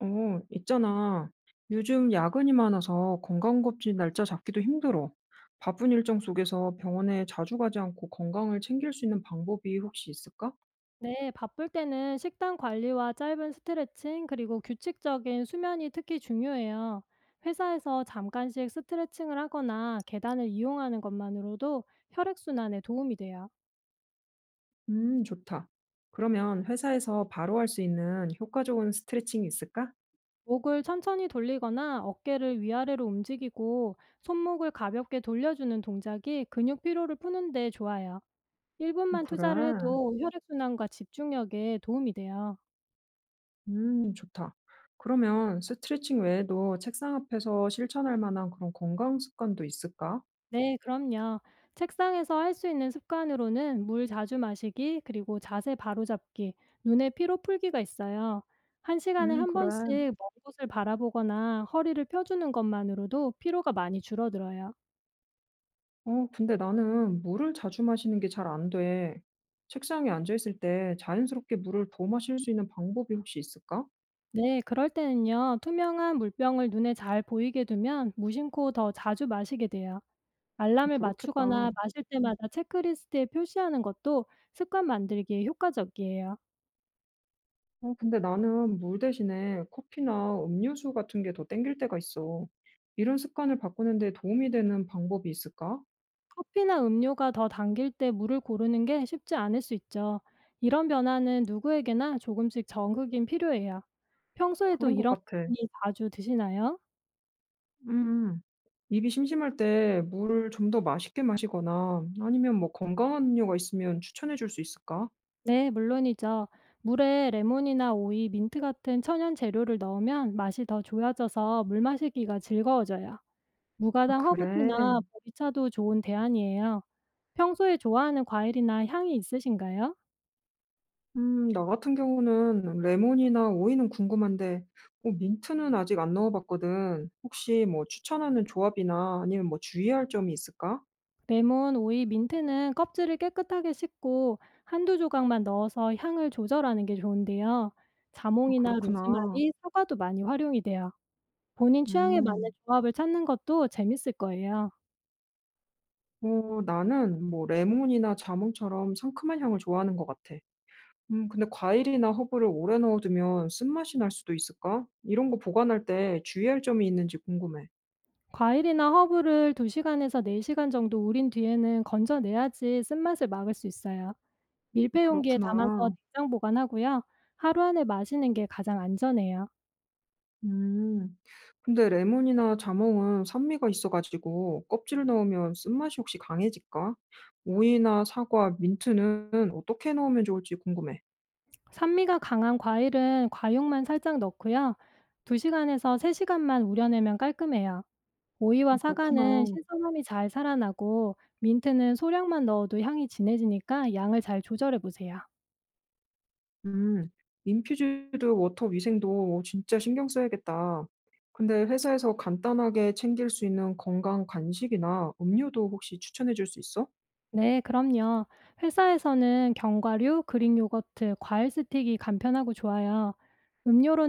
어, 있잖아. 요즘 야근이 많아서 건강검진 날짜 잡기도 힘들어. 바쁜 일정 속에서 병원에 자주 가지 않고 건강을 챙길 수 있는 방법이 혹시 있을까? 네, 바쁠 때는 식단 관리와 짧은 스트레칭, 그리고 규칙적인 수면이 특히 중요해요. 회사에서 잠깐씩 스트레칭을 하거나 계단을 이용하는 것만으로도 혈액순환에 도움이 돼요. 좋다. 그러면 회사에서 바로 할 수 있는 효과 좋은 스트레칭이 있을까? 목을 천천히 돌리거나 어깨를 위아래로 움직이고 손목을 가볍게 돌려주는 동작이 근육 피로를 푸는데 좋아요. 1분만 그래. 투자를 해도 혈액순환과 집중력에 도움이 돼요. 좋다. 그러면 스트레칭 외에도 책상 앞에서 실천할 만한 그런 건강 습관도 있을까? 네, 그럼요. 책상에서 할 수 있는 습관으로는 물 자주 마시기, 그리고 자세 바로잡기, 눈의 피로 풀기가 있어요. 한 시간에 한 그래. 번씩 먼 곳을 바라보거나 허리를 펴주는 것만으로도 피로가 많이 줄어들어요. 어, 근데 나는 물을 자주 마시는 게 잘 안 돼. 책상에 앉아 있을 때 자연스럽게 물을 더 마실 수 있는 방법이 혹시 있을까? 네, 그럴 때는요, 투명한 물병을 눈에 잘 보이게 두면 무심코 더 자주 마시게 돼요. 알람을 그렇겠다. 맞추거나 마실 때마다 체크리스트에 표시하는 것도 습관 만들기에 효과적이에요. 어, 근데 나는 물 대신에 커피나 음료수 같은 게 더 땡길 때가 있어. 이런 습관을 바꾸는 데 도움이 되는 방법이 있을까? 커피나 음료가 더 당길 때 물을 고르는 게 쉽지 않을 수 있죠. 이런 변화는 누구에게나 조금씩 적응이 필요해요. 평소에도 그런 것 이런 같아. 커피 자주 드시나요? 음, 입이 심심할 때 물을 좀 더 맛있게 마시거나 아니면 뭐 건강한 음료가 있으면 추천해 줄 수 있을까? 네, 물론이죠. 물에 레몬이나 오이, 민트 같은 천연 재료를 넣으면 맛이 더 좋아져서 물 마시기가 즐거워져요. 아, 무가당 그래. 허브티나 보리차도 좋은 대안이에요. 평소에 좋아하는 과일이나 향이 있으신가요? 나 같은 경우는 레몬이나 오이는 궁금한데 어 민트는 아직 안 넣어 봤거든. 혹시 뭐 추천하는 조합이나 아니면 뭐 주의할 점이 있을까? 레몬, 오이, 민트는 껍질을 깨끗하게 씻고 한두 조각만 넣어서 향을 조절하는 게 좋은데요. 어, 자몽이나 그렇구나. 로즈마리, 사과도 많이 활용이 돼요. 본인 취향에 맞는 음. 조합을 찾는 것도 재밌을 거예요. 어 나는 뭐 레몬이나 자몽처럼 상큼한 향을 좋아하는 것 같아. 근데 과일이나 허브를 오래 넣어두면 쓴맛이 날 수도 있을까? 이런 거 보관할 때 주의할 점이 있는지 궁금해. 과일이나 허브를 2시간에서 4시간 정도 우린 뒤에는 건져내야지 쓴맛을 막을 수 있어요. 어, 밀폐 용기에 담아서 그렇구나. 냉장 보관하고요. 하루 안에 마시는 게 가장 안전해요. 음. 근데 레몬이나 자몽은 산미가 있어 가지고 껍질을 넣으면 쓴맛이 혹시 강해질까? 오이나 사과, 민트는 어떻게 넣으면 좋을지 궁금해. 산미가 강한 과일은 과육만 살짝 넣고요. 2시간에서 3시간만 우려내면 깔끔해요. 오이와 아, 그렇구나. 사과는 신선함이 잘 살아나고 민트는 소량만 넣어도 향이 진해지니까 양을 잘 조절해 보세요. 음. 인퓨즈드 워터 위생도 진짜 신경 써야겠다. 근데 회사에서 간단하게 챙길 수 있는 건강 간식이나 음료도 혹시 추천해 줄 수 있어? 네, 그럼요. 회사에서는 견과류, 그릭 요거트, 과일 스틱이 간편하고 좋아요.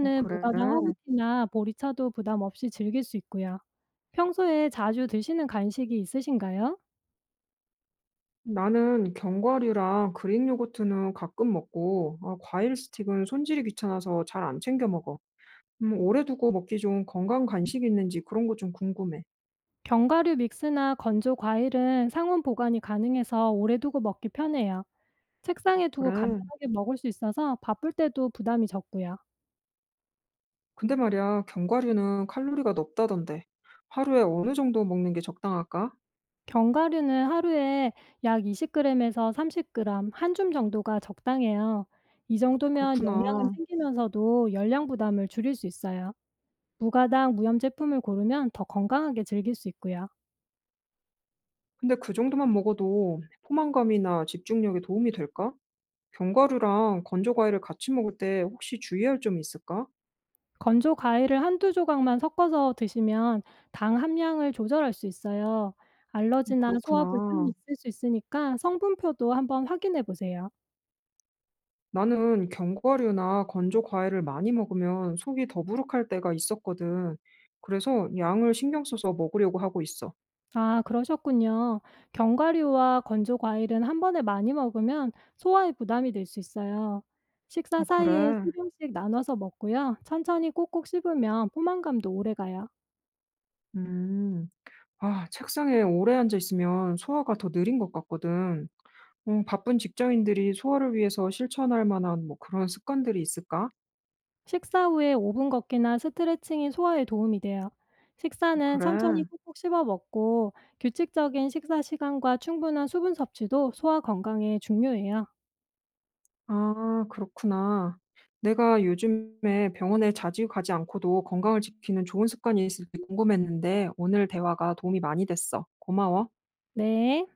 어, 그래. 무가당 허브티나 보리차도 부담 없이 즐길 수 있고요. 평소에 자주 드시는 간식이 있으신가요? 나는 견과류랑 그릭 요거트는 가끔 먹고, 아, 과일 스틱은 손질이 귀찮아서 잘 안 챙겨 먹어. 오래 두고 먹기 좋은 건강 간식 있는지 그런 거 좀 궁금해. 견과류 믹스나 건조 과일은 상온 보관이 가능해서 오래 두고 먹기 편해요. 책상에 두고 그래. 간편하게 먹을 수 있어서 바쁠 때도 부담이 적고요. 근데 말이야, 견과류는 칼로리가 높다던데. 하루에 어느 정도 먹는 게 적당할까? 견과류는 하루에 약 20g에서 30g 한줌 정도가 적당해요. 이 정도면 영양은 그렇구나. 챙기면서도 열량 부담을 줄일 수 있어요. 무가당 무염 제품을 고르면 더 건강하게 즐길 수 있고요. 근데 그 정도만 먹어도 포만감이나 집중력에 도움이 될까? 견과류랑 건조 과일을 같이 먹을 때 혹시 주의할 점이 있을까? 건조 과일을 한두 조각만 섞어서 드시면 당 함량을 조절할 수 있어요. 알러지나 소화 불편이 그렇구나. 있을 수 있으니까 성분표도 한번 확인해 보세요. 나는 견과류나 건조 과일을 많이 먹으면 속이 더부룩할 때가 있었거든. 그래서 양을 신경 써서 먹으려고 하고 있어. 아, 그러셨군요. 견과류와 건조 과일은 한 번에 많이 먹으면 소화에 부담이 될 수 있어요. 식사 아, 그래? 사이에 소량씩 나눠서 먹고요. 천천히 꼭꼭 씹으면 포만감도 오래가요. 음. 아, 책상에 오래 앉아 있으면 소화가 더 느린 것 같거든. 바쁜 직장인들이 소화를 위해서 실천할 만한 뭐 그런 습관들이 있을까? 식사 후에 5분 걷기나 스트레칭이 소화에 도움이 돼요. 식사는 천천히 그래. 꾹꾹 씹어 먹고 규칙적인 식사 시간과 충분한 수분 섭취도 소화 건강에 중요해요. 아, 그렇구나. 내가 요즘에 병원에 자주 가지 않고도 건강을 지키는 좋은 습관이 있을지 궁금했는데 오늘 대화가 도움이 많이 됐어. 고마워. 네.